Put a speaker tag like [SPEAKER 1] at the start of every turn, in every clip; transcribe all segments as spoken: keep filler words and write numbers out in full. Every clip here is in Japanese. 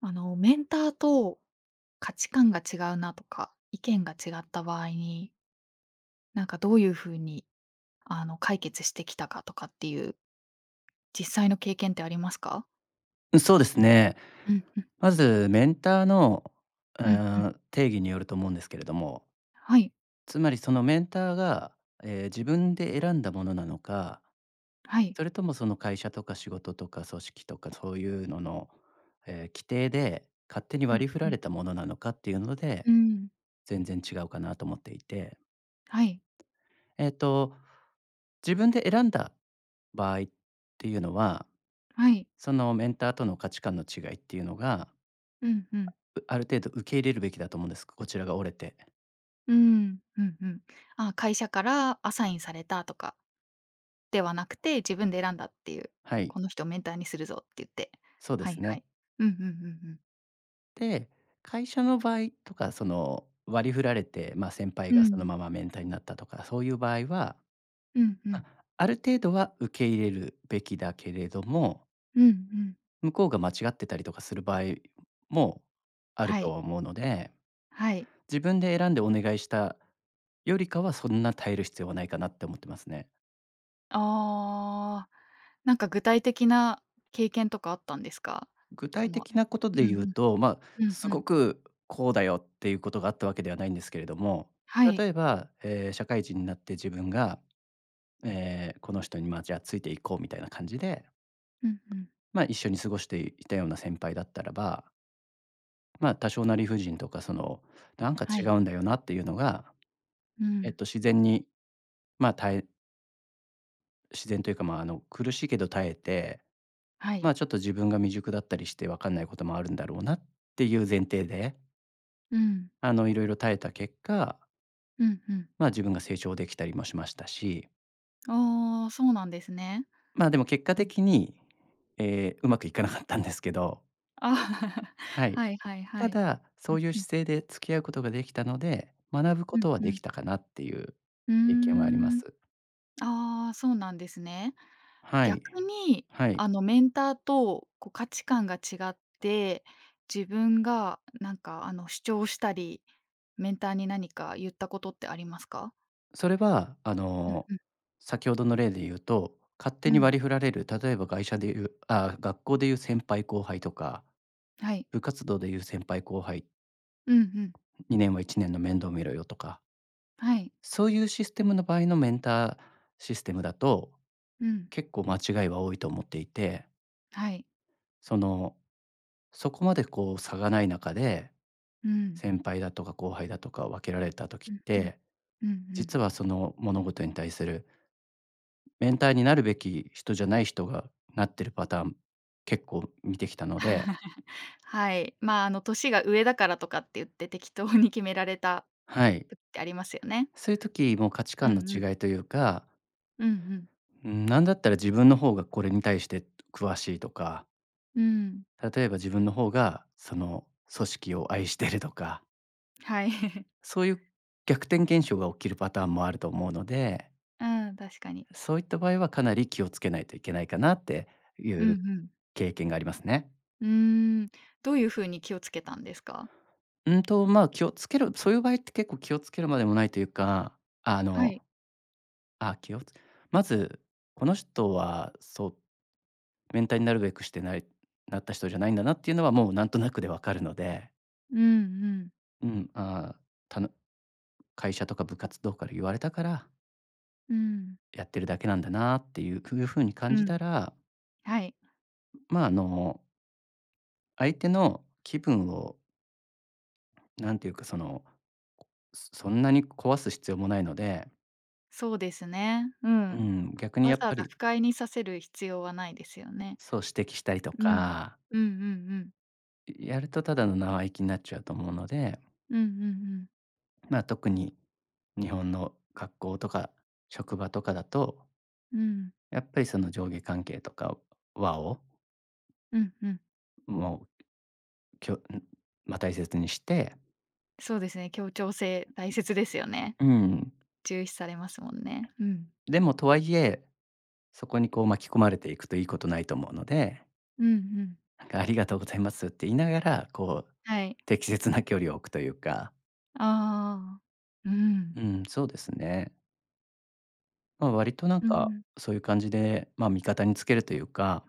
[SPEAKER 1] あの、メンターと価値観が違うなとか、意見が違った場合に、なんかどういう風に、あの、解決してきたかとかっていう実際の経験ってありますか？
[SPEAKER 2] そうですね。
[SPEAKER 1] うんうん、
[SPEAKER 2] まずメンターの、う
[SPEAKER 1] うんうん。
[SPEAKER 2] ーん、定義によると思うんですけれども、
[SPEAKER 1] はい、
[SPEAKER 2] つまりそのメンターが、えー自分で選んだものなのか、
[SPEAKER 1] はい。
[SPEAKER 2] それともその会社とか仕事とか組織とかそういうのの、えー規定で勝手に
[SPEAKER 1] うん
[SPEAKER 2] 割り振ら
[SPEAKER 1] うん。
[SPEAKER 2] れたものなのかっていうので、
[SPEAKER 1] うん。
[SPEAKER 2] 全然違うかなと思っていて。
[SPEAKER 1] はい、
[SPEAKER 2] えっと、自分で選んだ場合っていうのは、
[SPEAKER 1] はい。
[SPEAKER 2] そのメンターとの価値観の違いっていうのが、
[SPEAKER 1] うんうん。
[SPEAKER 2] うある程度受け入れるべきだと思うんです。こちらが折れて。
[SPEAKER 1] うん、うんうん。あ、会社からアサインされたとかではなくて、自分で選んだっていう、
[SPEAKER 2] はい、
[SPEAKER 1] この人をメンターにするぞって言って。
[SPEAKER 2] そうで
[SPEAKER 1] は
[SPEAKER 2] す
[SPEAKER 1] いは
[SPEAKER 2] ね。
[SPEAKER 1] い。うんうんうんうん。
[SPEAKER 2] で、会社の場合とか、その、割り振られて、まあ、先輩
[SPEAKER 1] う
[SPEAKER 2] がその
[SPEAKER 1] ん。
[SPEAKER 2] ままメンターになったとか、そういう場合は、
[SPEAKER 1] うんう
[SPEAKER 2] あ、
[SPEAKER 1] ん。
[SPEAKER 2] ある程度は受け入れるべきだけれども、
[SPEAKER 1] うんうん。
[SPEAKER 2] 向こうが間違ってたりとかする場合もある
[SPEAKER 1] は
[SPEAKER 2] と
[SPEAKER 1] い、
[SPEAKER 2] 思うので、
[SPEAKER 1] はい。
[SPEAKER 2] 自分で選んでお願いしたよりかは、そんな耐える必要はないかなって思ってますね。
[SPEAKER 1] ああ、なんか具体的な経験とかあったんですか？
[SPEAKER 2] 具
[SPEAKER 1] そ
[SPEAKER 2] 体
[SPEAKER 1] の
[SPEAKER 2] 的なこと
[SPEAKER 1] うん
[SPEAKER 2] で
[SPEAKER 1] う
[SPEAKER 2] 言うと、まあ、
[SPEAKER 1] ん、うん
[SPEAKER 2] す
[SPEAKER 1] う
[SPEAKER 2] ご
[SPEAKER 1] ん。
[SPEAKER 2] くこうだよっていうことがあったわけではないんですけれども、
[SPEAKER 1] はい。
[SPEAKER 2] 例えば、えー社会人になって自分が、えーこの人に、ま、じゃあついていこうみたいな感じで、
[SPEAKER 1] うんうん。
[SPEAKER 2] まあ、一緒に過ごしていたような先輩だったらば、まあ、多少な理不尽とかその、なんか
[SPEAKER 1] は
[SPEAKER 2] 違
[SPEAKER 1] い。
[SPEAKER 2] うんだよなっていうのが、
[SPEAKER 1] う
[SPEAKER 2] えっ
[SPEAKER 1] ん。
[SPEAKER 2] と、自然に、まあ、耐え自然というか、まあ、あの、苦しいけど耐えて、
[SPEAKER 1] は
[SPEAKER 2] ま
[SPEAKER 1] い。
[SPEAKER 2] あ、ちょっと自分が未熟だったりして分かんないこともあるんだろうなっていう前提で、
[SPEAKER 1] うん。
[SPEAKER 2] あの、いろいろ耐えた結果、
[SPEAKER 1] うんうん。
[SPEAKER 2] まあ、自分が成長できたりもしましたし、
[SPEAKER 1] ああ、そうなんですね。
[SPEAKER 2] まあ、でも結果
[SPEAKER 1] うん。
[SPEAKER 2] 的に、えーうまくいかなかったんですけど、
[SPEAKER 1] あ、
[SPEAKER 2] はい。
[SPEAKER 1] はいはいは
[SPEAKER 2] た
[SPEAKER 1] い。
[SPEAKER 2] だ、
[SPEAKER 1] う
[SPEAKER 2] そ
[SPEAKER 1] ん
[SPEAKER 2] ういう
[SPEAKER 1] うん。
[SPEAKER 2] 姿勢で付き合うことができたので、学ぶこ
[SPEAKER 1] うん
[SPEAKER 2] とは
[SPEAKER 1] う
[SPEAKER 2] で
[SPEAKER 1] ん。
[SPEAKER 2] きたかなっていう
[SPEAKER 1] うー
[SPEAKER 2] 経験はありま
[SPEAKER 1] ん。
[SPEAKER 2] す。
[SPEAKER 1] ああ、そうなんですね。
[SPEAKER 2] はい。
[SPEAKER 1] 逆に、
[SPEAKER 2] はい。
[SPEAKER 1] あの、メンターとこう価値観が違って、自分がなんか、あの、主張したり、メンターに何か言ったことってありますか？
[SPEAKER 2] それは、あ
[SPEAKER 1] うん
[SPEAKER 2] の、
[SPEAKER 1] うん。
[SPEAKER 2] 先ほどの例で言うと、勝手
[SPEAKER 1] う
[SPEAKER 2] に
[SPEAKER 1] ん。
[SPEAKER 2] 割り振られる、例えば会社でいうあ学校でいう先輩後輩とか、
[SPEAKER 1] はい。
[SPEAKER 2] 部活動でいう先輩後輩、
[SPEAKER 1] うんうん。
[SPEAKER 2] にねんはいちねんの面倒見ろよとか
[SPEAKER 1] はい。
[SPEAKER 2] そういうシステムの場合のメンターシステムだと、
[SPEAKER 1] うん。
[SPEAKER 2] 結構間違いは多いと思っていて、
[SPEAKER 1] はい。
[SPEAKER 2] その、そこまでこう差がない中で、
[SPEAKER 1] うん。
[SPEAKER 2] 先輩だとか後輩だとか分けられた時っ
[SPEAKER 1] うんうん。
[SPEAKER 2] て、
[SPEAKER 1] うんう
[SPEAKER 2] 実
[SPEAKER 1] ん
[SPEAKER 2] はその物事に対するメンターになるべき人じゃない人がなってるパターン、結構見てきたので、
[SPEAKER 1] はい。まあ、あの、年が上だからとかって言って適当に決められた
[SPEAKER 2] はい。
[SPEAKER 1] 時ってありますよね。
[SPEAKER 2] そういう時も価値
[SPEAKER 1] う
[SPEAKER 2] 観の
[SPEAKER 1] んうん。
[SPEAKER 2] 違いというか、
[SPEAKER 1] うんうん。
[SPEAKER 2] うん、なんだったら自分の方がこれに対して詳しいとか、
[SPEAKER 1] うん。
[SPEAKER 2] 例えば自分の方がその組織を愛してるとか、
[SPEAKER 1] はい
[SPEAKER 2] そういう逆転現象が起きるパターンもあると思うので、
[SPEAKER 1] うん、確かに。
[SPEAKER 2] そういった場合はかなり気をつけないといけないかなってい
[SPEAKER 1] うんう
[SPEAKER 2] う
[SPEAKER 1] ん。
[SPEAKER 2] 経験がありますね。
[SPEAKER 1] うーん、どういう風に気をつけたんですか？
[SPEAKER 2] うんと、まあ、気をつけるそういう場合って結構気をつけるまでもないというか、あ
[SPEAKER 1] は
[SPEAKER 2] の、
[SPEAKER 1] い。
[SPEAKER 2] あ、気をつまず、この人はそう、面体になるべくしてないなった人じゃないんだなっていうのはもうなんとなくでわかるので、
[SPEAKER 1] うんうん。
[SPEAKER 2] うん、ああ、たの会社とか部活動から言われたから
[SPEAKER 1] うん。
[SPEAKER 2] やってるだけなんだなっていうふいう風に感
[SPEAKER 1] う
[SPEAKER 2] じた
[SPEAKER 1] ん。
[SPEAKER 2] ら、
[SPEAKER 1] はい。
[SPEAKER 2] まあ、あの、相手の気分をなんていうか、その、そそんなに壊す必要もないので、
[SPEAKER 1] そうですね。う
[SPEAKER 2] う
[SPEAKER 1] ん。
[SPEAKER 2] ん、逆に
[SPEAKER 1] わ
[SPEAKER 2] やっ
[SPEAKER 1] ざわ
[SPEAKER 2] ぱ
[SPEAKER 1] ざ
[SPEAKER 2] り、
[SPEAKER 1] 不快にさせる必要はないですよね。
[SPEAKER 2] そう、指摘したりと
[SPEAKER 1] うん。
[SPEAKER 2] か
[SPEAKER 1] うんうんうん。
[SPEAKER 2] やるとただの生意気になっちゃうと思うので、
[SPEAKER 1] うんうんうん。
[SPEAKER 2] まあ、特に日本の学校とか職場とかだと、
[SPEAKER 1] うん。
[SPEAKER 2] やっぱりその上下関係とか和を
[SPEAKER 1] うんうん。
[SPEAKER 2] もう、きょまま、大切にして、
[SPEAKER 1] そうですね、協調性大切ですよね。
[SPEAKER 2] うん、
[SPEAKER 1] 重視されますもんね。うん。
[SPEAKER 2] でもとはいえそこにこう巻き込まれていくといいことないと思うので、
[SPEAKER 1] うんうん。
[SPEAKER 2] なんかありがとうございますって言いながら、こう
[SPEAKER 1] はい。
[SPEAKER 2] 適切な距離を置くというか、
[SPEAKER 1] ああ。う
[SPEAKER 2] う
[SPEAKER 1] ん。
[SPEAKER 2] ん、そうですね。まあ、割となん
[SPEAKER 1] うんう
[SPEAKER 2] か
[SPEAKER 1] ん。
[SPEAKER 2] そういう感じで、まあ、味方につけるというか、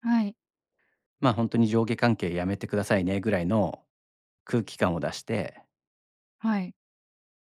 [SPEAKER 1] はい。
[SPEAKER 2] まあ、本当に上下関係やめてくださいねぐらいの空気感を出して、
[SPEAKER 1] はい。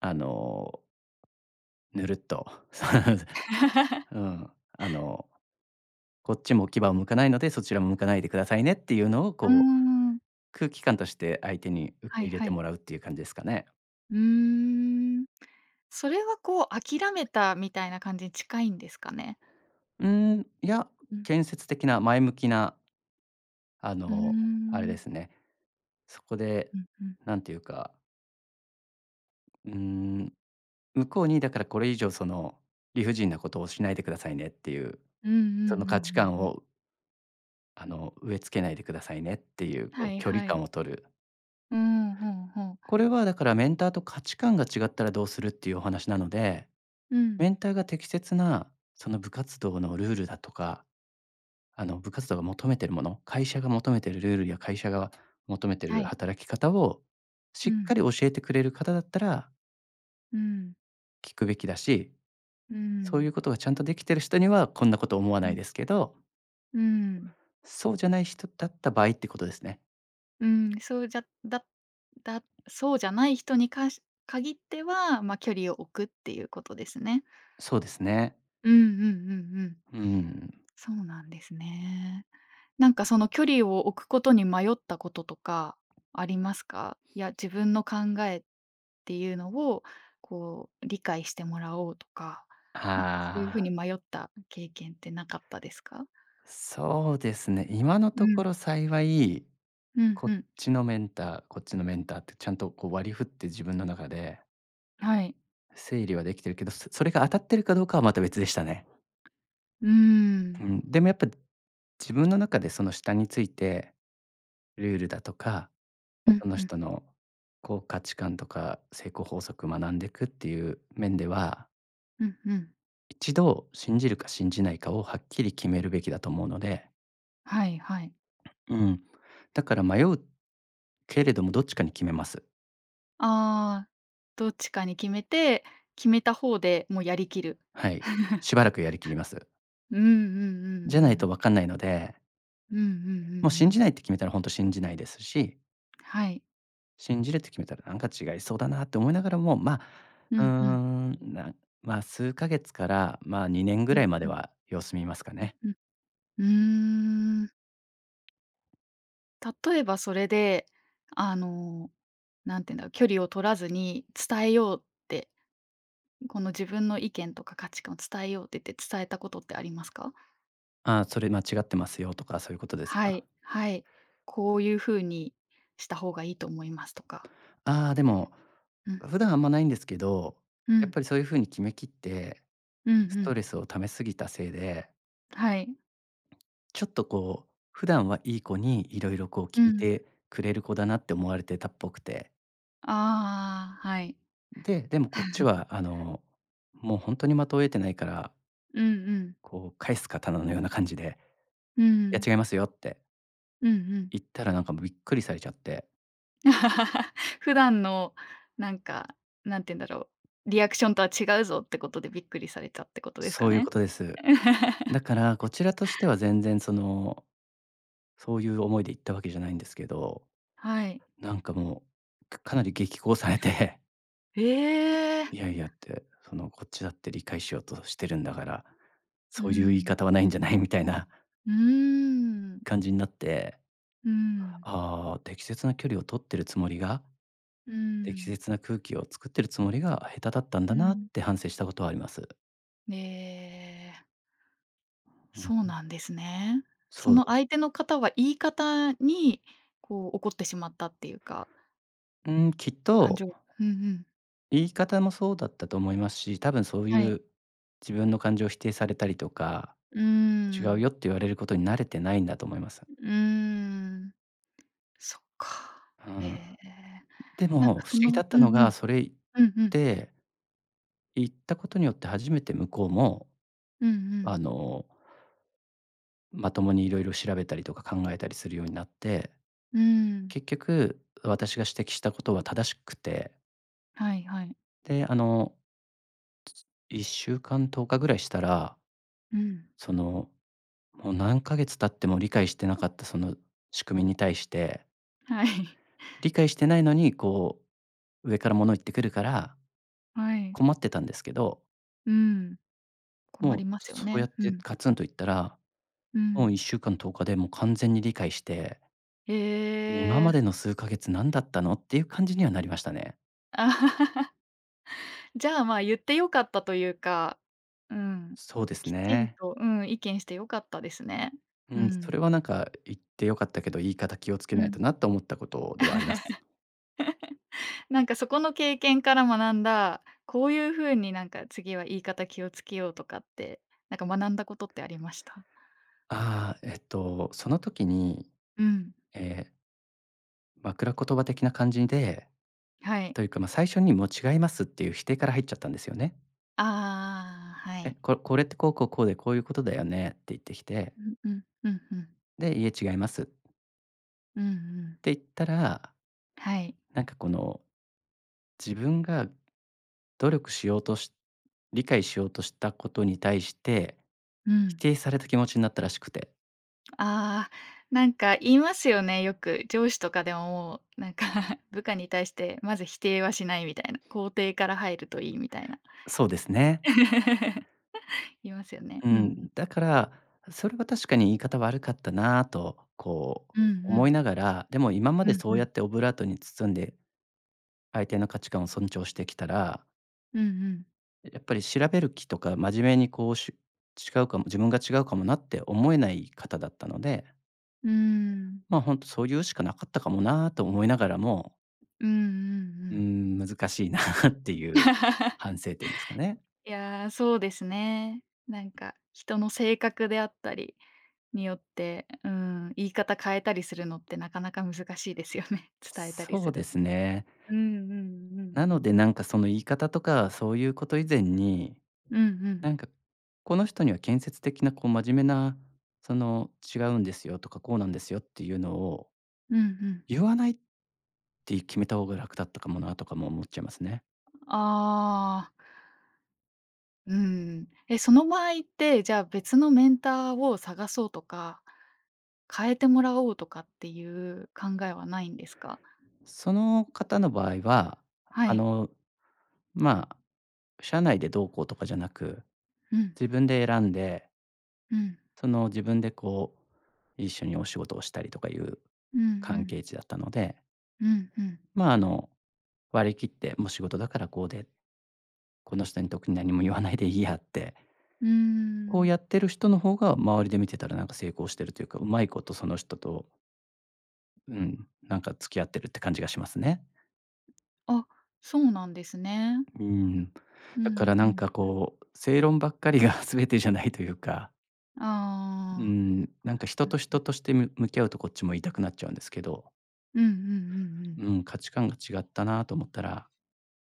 [SPEAKER 2] あの、ぬるっと う ん、あの、こっちも牙を向かないので、そちらも向かないでくださいねっていうのを
[SPEAKER 1] うー
[SPEAKER 2] こう、
[SPEAKER 1] ん。
[SPEAKER 2] 空気感として相手に受
[SPEAKER 1] は
[SPEAKER 2] け
[SPEAKER 1] い
[SPEAKER 2] 入れ
[SPEAKER 1] は
[SPEAKER 2] て
[SPEAKER 1] い。
[SPEAKER 2] もらうっていう感じですかね。
[SPEAKER 1] うーん。それはこう諦めたみたいな感じに近いんですかね？
[SPEAKER 2] うーん、いや、
[SPEAKER 1] うん。
[SPEAKER 2] 建設的な前向きな、あ
[SPEAKER 1] うー
[SPEAKER 2] の、あれで
[SPEAKER 1] ん。
[SPEAKER 2] すね。そこで、
[SPEAKER 1] うんうん。
[SPEAKER 2] なんていうか、うーん、向こうにだからこれ以上その理不尽なことをしないでくださいねっていう、
[SPEAKER 1] うんうんう
[SPEAKER 2] その価値
[SPEAKER 1] ん
[SPEAKER 2] 観
[SPEAKER 1] うんうん。
[SPEAKER 2] をあの植え付けないでくださいねっていう、こ
[SPEAKER 1] は
[SPEAKER 2] う
[SPEAKER 1] い
[SPEAKER 2] 距離
[SPEAKER 1] はい。
[SPEAKER 2] 感を取る。
[SPEAKER 1] うん、ほんほん。
[SPEAKER 2] これはだからメンターと価値観が違ったらどうするっていうお話なので、
[SPEAKER 1] うん。
[SPEAKER 2] メンターが適切なその部活動のルールだとか、あの、部活動が求めてるもの、会社が求めてるルールや会社が求めて
[SPEAKER 1] は
[SPEAKER 2] る
[SPEAKER 1] い。
[SPEAKER 2] 働き方をし
[SPEAKER 1] う
[SPEAKER 2] っか
[SPEAKER 1] ん。
[SPEAKER 2] り教えてくれる方だったら
[SPEAKER 1] うん。
[SPEAKER 2] 聞くべきだし、
[SPEAKER 1] う
[SPEAKER 2] そうい
[SPEAKER 1] ん。
[SPEAKER 2] うことがちゃんとできてる人にはこんなこと思わ
[SPEAKER 1] う
[SPEAKER 2] ない
[SPEAKER 1] ん。
[SPEAKER 2] ですけど、
[SPEAKER 1] うん。
[SPEAKER 2] そうじゃない人だった場合ってことですね。
[SPEAKER 1] うん、そうじゃだだそうじゃない人にかし限っては、ま、距離を置くっていうことですね。
[SPEAKER 2] そうですね。
[SPEAKER 1] うんうんうんうん。
[SPEAKER 2] うん。
[SPEAKER 1] そうなんですね。なんかその距離を置くことに迷ったこととかありますか？いや、自分の考えっていうのをこう理解してもらおうとか、なんかそういう
[SPEAKER 2] あ
[SPEAKER 1] ふうに
[SPEAKER 2] あ、
[SPEAKER 1] 迷った経験ってなかったですか？
[SPEAKER 2] そうですね。今の
[SPEAKER 1] う
[SPEAKER 2] と
[SPEAKER 1] ん。
[SPEAKER 2] ころ幸い、
[SPEAKER 1] うん
[SPEAKER 2] こ
[SPEAKER 1] う
[SPEAKER 2] っ
[SPEAKER 1] ん。
[SPEAKER 2] ちのメンター、こっちのメンターってちゃんとこう割り振って自分の中で
[SPEAKER 1] はい。
[SPEAKER 2] 整理はできてるけど、そそれが当たってるかどうかはまた別でしたね。
[SPEAKER 1] うー
[SPEAKER 2] う
[SPEAKER 1] ん。
[SPEAKER 2] ん、でもやっぱ自分の中でその下について、ルールだとか、
[SPEAKER 1] うん
[SPEAKER 2] その
[SPEAKER 1] うん。
[SPEAKER 2] 人のこう価値観とか成功法則学んでいくっていう面では、
[SPEAKER 1] うんうん。
[SPEAKER 2] 一度信じるか信じないかをはっきり決めるべきだと思うので、
[SPEAKER 1] はいはい。
[SPEAKER 2] うん。だから迷うけれどもどっちかに決めます。
[SPEAKER 1] ああ、どっちかに決めて、決めた方でもうやりきる。
[SPEAKER 2] はい。しばらくやりきります。
[SPEAKER 1] うんうんう
[SPEAKER 2] じゃ
[SPEAKER 1] んう
[SPEAKER 2] ないと
[SPEAKER 1] ん。
[SPEAKER 2] 分かんないので、
[SPEAKER 1] うんうんう
[SPEAKER 2] もう
[SPEAKER 1] んう
[SPEAKER 2] 信
[SPEAKER 1] ん。
[SPEAKER 2] じないって決めたら本当信じないですし、
[SPEAKER 1] はい。
[SPEAKER 2] 信じるって決めたらなんか違いそうだなって思いながらも、ま
[SPEAKER 1] う
[SPEAKER 2] あ、うー
[SPEAKER 1] んうん。
[SPEAKER 2] ん、なまあ、数ヶ月から、まあ、にねんぐ
[SPEAKER 1] う
[SPEAKER 2] ら
[SPEAKER 1] ん
[SPEAKER 2] いまで
[SPEAKER 1] うん
[SPEAKER 2] は様子見ますか
[SPEAKER 1] うん
[SPEAKER 2] ね。
[SPEAKER 1] うん。うーん。例えばそれで、あの、なんて言うんだろう、距離を取らずに伝えようって、この自分の意見とか価値観を伝えようって言って伝えたことってありますか？
[SPEAKER 2] ああ、それ間違ってますよとかそういうことです
[SPEAKER 1] は
[SPEAKER 2] か。
[SPEAKER 1] い、はい。こういう風にした方がいいと思いますとか。
[SPEAKER 2] ああ、でも、
[SPEAKER 1] うん、
[SPEAKER 2] 普段あんまないんですけど、
[SPEAKER 1] う
[SPEAKER 2] やっ
[SPEAKER 1] ん、
[SPEAKER 2] ぱりそういうふうに決めきって、
[SPEAKER 1] うんう
[SPEAKER 2] スト
[SPEAKER 1] ん。
[SPEAKER 2] レスを溜めすぎたせいで、
[SPEAKER 1] はい。
[SPEAKER 2] ちょっとこう、普段はいい子にいろいろこう
[SPEAKER 1] う
[SPEAKER 2] 聞い
[SPEAKER 1] ん。
[SPEAKER 2] てくれる子だなって思われてたっぽくて。
[SPEAKER 1] ああ、はい。
[SPEAKER 2] で、でもこっちはあの、もう本当に的をえてないから
[SPEAKER 1] うんうん。
[SPEAKER 2] こう返す刀のような感じで、
[SPEAKER 1] う
[SPEAKER 2] 「いや、
[SPEAKER 1] ん。
[SPEAKER 2] 違いますよ」って
[SPEAKER 1] うんうん。
[SPEAKER 2] 言ったらなんかびっくりされちゃって。
[SPEAKER 1] 普段のなんか、なんて言うんだろう、リアクションとは違うぞってことでびっくりされたってことです
[SPEAKER 2] そ
[SPEAKER 1] か
[SPEAKER 2] ういう
[SPEAKER 1] ね？
[SPEAKER 2] ことです。だからこちらとしては全然その、そういう思いで言ったわけじゃないんですけど、
[SPEAKER 1] はい。
[SPEAKER 2] なんかもう、かかなり激高されて、
[SPEAKER 1] ええ。
[SPEAKER 2] 「いやいや」って、その、「こっちだって理解しようとしてるんだから、
[SPEAKER 1] う
[SPEAKER 2] そういう言い
[SPEAKER 1] ん。
[SPEAKER 2] 方はないんじゃない？」みたいな
[SPEAKER 1] うーん。
[SPEAKER 2] 感じになって、
[SPEAKER 1] うん。
[SPEAKER 2] ああ、適切な距離を取ってるつもりが、
[SPEAKER 1] う
[SPEAKER 2] 適
[SPEAKER 1] ん。
[SPEAKER 2] 切な空気を作ってるつもりが下手だったん
[SPEAKER 1] う
[SPEAKER 2] だなっ
[SPEAKER 1] ん。
[SPEAKER 2] て反省したことはあります。
[SPEAKER 1] ええ、
[SPEAKER 2] うん。
[SPEAKER 1] そうなんですね。そ
[SPEAKER 2] そ
[SPEAKER 1] の
[SPEAKER 2] う、
[SPEAKER 1] 相手の方は言い方に、こう怒ってしまったっていうか、
[SPEAKER 2] うん、きっ
[SPEAKER 1] 感
[SPEAKER 2] と
[SPEAKER 1] 情うんうん。
[SPEAKER 2] 言い方もそうだったと思いますし、多分そう
[SPEAKER 1] は
[SPEAKER 2] い
[SPEAKER 1] い。
[SPEAKER 2] う自分の感情を否定されたりとか、
[SPEAKER 1] うー
[SPEAKER 2] 違う
[SPEAKER 1] ん。
[SPEAKER 2] よって言われることに慣れてないんだと思います。
[SPEAKER 1] うーん。そっか。
[SPEAKER 2] う
[SPEAKER 1] へえ。
[SPEAKER 2] ん。でも不
[SPEAKER 1] なん
[SPEAKER 2] 思
[SPEAKER 1] かそ
[SPEAKER 2] 議だ
[SPEAKER 1] の
[SPEAKER 2] った
[SPEAKER 1] う
[SPEAKER 2] の
[SPEAKER 1] んう
[SPEAKER 2] が、
[SPEAKER 1] ん。
[SPEAKER 2] それ言っ
[SPEAKER 1] うんうん。
[SPEAKER 2] て言ったことによって初めて向こうも、
[SPEAKER 1] うんう
[SPEAKER 2] あ
[SPEAKER 1] ん。
[SPEAKER 2] の、まともにいろいろ調べたりとか考えたりするようになって、
[SPEAKER 1] うーん。
[SPEAKER 2] 結局私が指摘したことは正しくて、
[SPEAKER 1] はいはい。
[SPEAKER 2] で、あの、いっしゅうかんとおかぐらいしたら、
[SPEAKER 1] うん。
[SPEAKER 2] そのもう何ヶ月経っても理解してなかったその仕組みに対して、
[SPEAKER 1] はい。
[SPEAKER 2] 理解してないのにこう上から物言ってくるから
[SPEAKER 1] はい。
[SPEAKER 2] 困ってたんですけど、
[SPEAKER 1] うん。困
[SPEAKER 2] も
[SPEAKER 1] り
[SPEAKER 2] う
[SPEAKER 1] ますよ
[SPEAKER 2] そうやっ
[SPEAKER 1] ね。う
[SPEAKER 2] て
[SPEAKER 1] ん。
[SPEAKER 2] ガツンと言ったら、
[SPEAKER 1] う
[SPEAKER 2] もう
[SPEAKER 1] ん。
[SPEAKER 2] いっしゅうかんとおかでもう完全に理解して、
[SPEAKER 1] へ
[SPEAKER 2] 今
[SPEAKER 1] え。
[SPEAKER 2] までの数ヶ月何だったのっていう感じにはなりましたね。
[SPEAKER 1] じゃあ、まあ、言って良かったというか、うん。
[SPEAKER 2] そうです
[SPEAKER 1] きちん
[SPEAKER 2] ね。
[SPEAKER 1] と、うん、意見して良かったですね。う
[SPEAKER 2] うん、そ
[SPEAKER 1] ん。
[SPEAKER 2] れはなんか言って良かったけど、言い方気をつけ
[SPEAKER 1] う
[SPEAKER 2] ない
[SPEAKER 1] ん。
[SPEAKER 2] となと思ったことではあります。
[SPEAKER 1] なんかそこの経験から学んだ、こういう風になんか次は言い方気をつけようとかって、なんか学んだことってありました？
[SPEAKER 2] ああ、えっと、その時に、
[SPEAKER 1] うん、
[SPEAKER 2] ええ、枕言葉的な感じで
[SPEAKER 1] はい。
[SPEAKER 2] というか、まあ、最初に「もう違います」っていう否定から入っちゃったんですよね。
[SPEAKER 1] ああ、は
[SPEAKER 2] 「え、
[SPEAKER 1] い。
[SPEAKER 2] ここれってこうこうこうで、こういうことだよね」って言ってきて、
[SPEAKER 1] うんうん、うん、うん。
[SPEAKER 2] で「いえ、違います」っ
[SPEAKER 1] うんうん。
[SPEAKER 2] て言ったら、
[SPEAKER 1] はい。
[SPEAKER 2] なんかこの、自分が努力しようとし理解しようとしたことに対して、
[SPEAKER 1] う
[SPEAKER 2] 否
[SPEAKER 1] ん。
[SPEAKER 2] 定された気持ちになったらしくて。
[SPEAKER 1] ああ、なんか言いますよね、よく。上司とかでももう、なんか 部下に対してまず否定はしないみたいな、肯定から入るといいみたいな。
[SPEAKER 2] そうですね。
[SPEAKER 1] 言いますよね。
[SPEAKER 2] う
[SPEAKER 1] うん。
[SPEAKER 2] ん、だから、それは確かに言い方悪かったなぁと、こう
[SPEAKER 1] うんう
[SPEAKER 2] 思い
[SPEAKER 1] ん。
[SPEAKER 2] ながら、でも今ま
[SPEAKER 1] う
[SPEAKER 2] で
[SPEAKER 1] ん
[SPEAKER 2] そう
[SPEAKER 1] う
[SPEAKER 2] や
[SPEAKER 1] ん。
[SPEAKER 2] ってオブラートに包んで、相手の価値観を尊重してきたら
[SPEAKER 1] うんうん。
[SPEAKER 2] やっぱり調べる気とか、真面目にこう、し違うかも自分が違うかもなって思えない方だったので、
[SPEAKER 1] うーん。
[SPEAKER 2] まあ、本当そういうしかなかったかもなと思いながらも、
[SPEAKER 1] うんうんう
[SPEAKER 2] うー
[SPEAKER 1] ん。
[SPEAKER 2] ん、難しいな っていう反 省点ですかね。
[SPEAKER 1] いやー、そうですね。なんか、人の性格であったりによって、うん、言い方変えたりするのってなかなか難しいですよね、伝えたり
[SPEAKER 2] そ
[SPEAKER 1] す
[SPEAKER 2] うで
[SPEAKER 1] る
[SPEAKER 2] す
[SPEAKER 1] の。
[SPEAKER 2] ね。
[SPEAKER 1] うんうんうん
[SPEAKER 2] なの
[SPEAKER 1] うん。
[SPEAKER 2] でなんかその言い方とか、そういうこと以前に、
[SPEAKER 1] うんうん。
[SPEAKER 2] なんかこの人には建設的なこう真面目な、その違うんですよとか、こうなんですよっていうのを
[SPEAKER 1] うんうん。
[SPEAKER 2] 言わないって決めた方が楽だったかもなとかも思っちゃいますね。
[SPEAKER 1] ああ、うん。え、その場合って、じゃあ別のメンターを探そうとか、変えてもらおうとかっていう考えはないんですか？
[SPEAKER 2] その方の場合は、
[SPEAKER 1] は
[SPEAKER 2] あ
[SPEAKER 1] い。
[SPEAKER 2] の、まあ、社内でどうこうとかじゃなく、
[SPEAKER 1] うん、
[SPEAKER 2] 自分で選んで、
[SPEAKER 1] うん、
[SPEAKER 2] その自分でこう、一緒にお仕事をしたりとかいう
[SPEAKER 1] うんう
[SPEAKER 2] 関
[SPEAKER 1] ん、
[SPEAKER 2] 係値だったので、
[SPEAKER 1] うんうん。
[SPEAKER 2] まあ、あの、割り切って、もう仕事だからこうで、この人に特に何も言わないでいいやって、
[SPEAKER 1] うー
[SPEAKER 2] こう
[SPEAKER 1] ん。
[SPEAKER 2] やってる人の方が周りで見てたらなんか成功してるというか、うまいことその人と、うん、なんか付き合ってるって感じがしますね。
[SPEAKER 1] あ、そうなんですね。
[SPEAKER 2] うん。
[SPEAKER 1] うん
[SPEAKER 2] だからな
[SPEAKER 1] う
[SPEAKER 2] ん
[SPEAKER 1] ん
[SPEAKER 2] か
[SPEAKER 1] うん。
[SPEAKER 2] こう、正論ばっかりが 全てじゃないというか、う
[SPEAKER 1] ああ、
[SPEAKER 2] ん、なんか人と
[SPEAKER 1] うん。
[SPEAKER 2] 人としてむ向き合うとこっちも言いたくなっちゃうんですけど、
[SPEAKER 1] うんうんうんうん。
[SPEAKER 2] うん、価値観が違ったなと思ったら、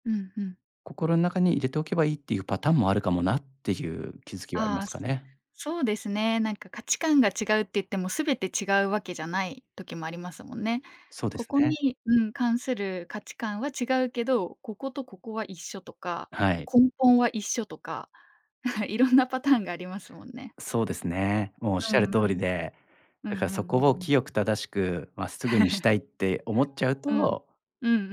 [SPEAKER 1] うんうん。
[SPEAKER 2] 心の中に入れておけばいいっていうパターンもあるかもなっていう気づきはありま
[SPEAKER 1] ああ、
[SPEAKER 2] すか
[SPEAKER 1] す
[SPEAKER 2] ね。
[SPEAKER 1] そうですね。なんか価値観が違うって言っても全て違うわけじゃない時もありますもんね。
[SPEAKER 2] そうで
[SPEAKER 1] こ
[SPEAKER 2] す
[SPEAKER 1] こ
[SPEAKER 2] ね。
[SPEAKER 1] に、うん、関する価値観は違うけど、こことここは一緒とか、
[SPEAKER 2] はい。
[SPEAKER 1] 根本は一緒とか、いろんなパターンがありますもんね。
[SPEAKER 2] そうですね。もうおっ
[SPEAKER 1] う
[SPEAKER 2] しゃ
[SPEAKER 1] んう
[SPEAKER 2] る通り
[SPEAKER 1] ん。
[SPEAKER 2] で、
[SPEAKER 1] うん
[SPEAKER 2] だ
[SPEAKER 1] うん
[SPEAKER 2] か
[SPEAKER 1] う
[SPEAKER 2] ら
[SPEAKER 1] んうんう
[SPEAKER 2] そこを
[SPEAKER 1] ん。
[SPEAKER 2] 清く正しく、まあ、すぐにしたいっ て思っちゃう
[SPEAKER 1] うん。
[SPEAKER 2] と
[SPEAKER 1] うんうんう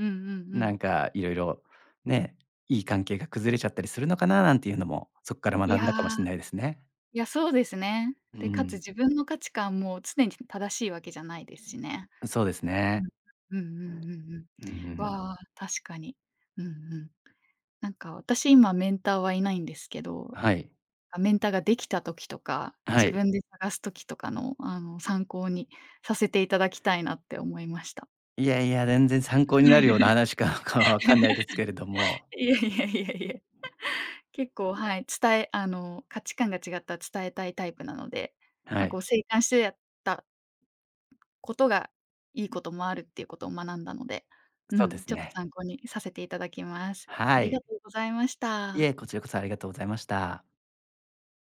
[SPEAKER 1] んう
[SPEAKER 2] な
[SPEAKER 1] ん。
[SPEAKER 2] んかいろいろね、いい関係が崩れちゃったりするのかななんていうのも、そこから
[SPEAKER 1] い
[SPEAKER 2] 学ん
[SPEAKER 1] や
[SPEAKER 2] だかもしれないですね。
[SPEAKER 1] いや、そうですね。
[SPEAKER 2] う
[SPEAKER 1] で、かつ
[SPEAKER 2] ん、
[SPEAKER 1] 自分の価値観も常に正しいわけじゃないですしね。
[SPEAKER 2] そうです
[SPEAKER 1] う
[SPEAKER 2] ね。
[SPEAKER 1] ん。うんうんうんうん。
[SPEAKER 2] うんうん。
[SPEAKER 1] わあ、確かに。うんうん。なんか私今メンターはいないんですけど、
[SPEAKER 2] はい。
[SPEAKER 1] あ、メンターができた時とか、
[SPEAKER 2] は
[SPEAKER 1] 自
[SPEAKER 2] い。
[SPEAKER 1] 分で探す時とかの、あの、参考にさせていただきたいなって思いました。
[SPEAKER 2] いやいや、全然参考になるような 話かかはわかんないですけれども、
[SPEAKER 1] いえいえいえいえ。結構、はい、伝えあの、価値観が違ったら伝えたいタイプなので、
[SPEAKER 2] は
[SPEAKER 1] ま、こ
[SPEAKER 2] い、
[SPEAKER 1] う、静観してやったことがいいこともあるっていうことを学んだので、う
[SPEAKER 2] そうで
[SPEAKER 1] ん、
[SPEAKER 2] す
[SPEAKER 1] ちょっと
[SPEAKER 2] ね。
[SPEAKER 1] 参考にさせていただきます。あ
[SPEAKER 2] は
[SPEAKER 1] りが
[SPEAKER 2] い。
[SPEAKER 1] とうございまし
[SPEAKER 2] い
[SPEAKER 1] た。
[SPEAKER 2] え、こちらこそありがとうございました。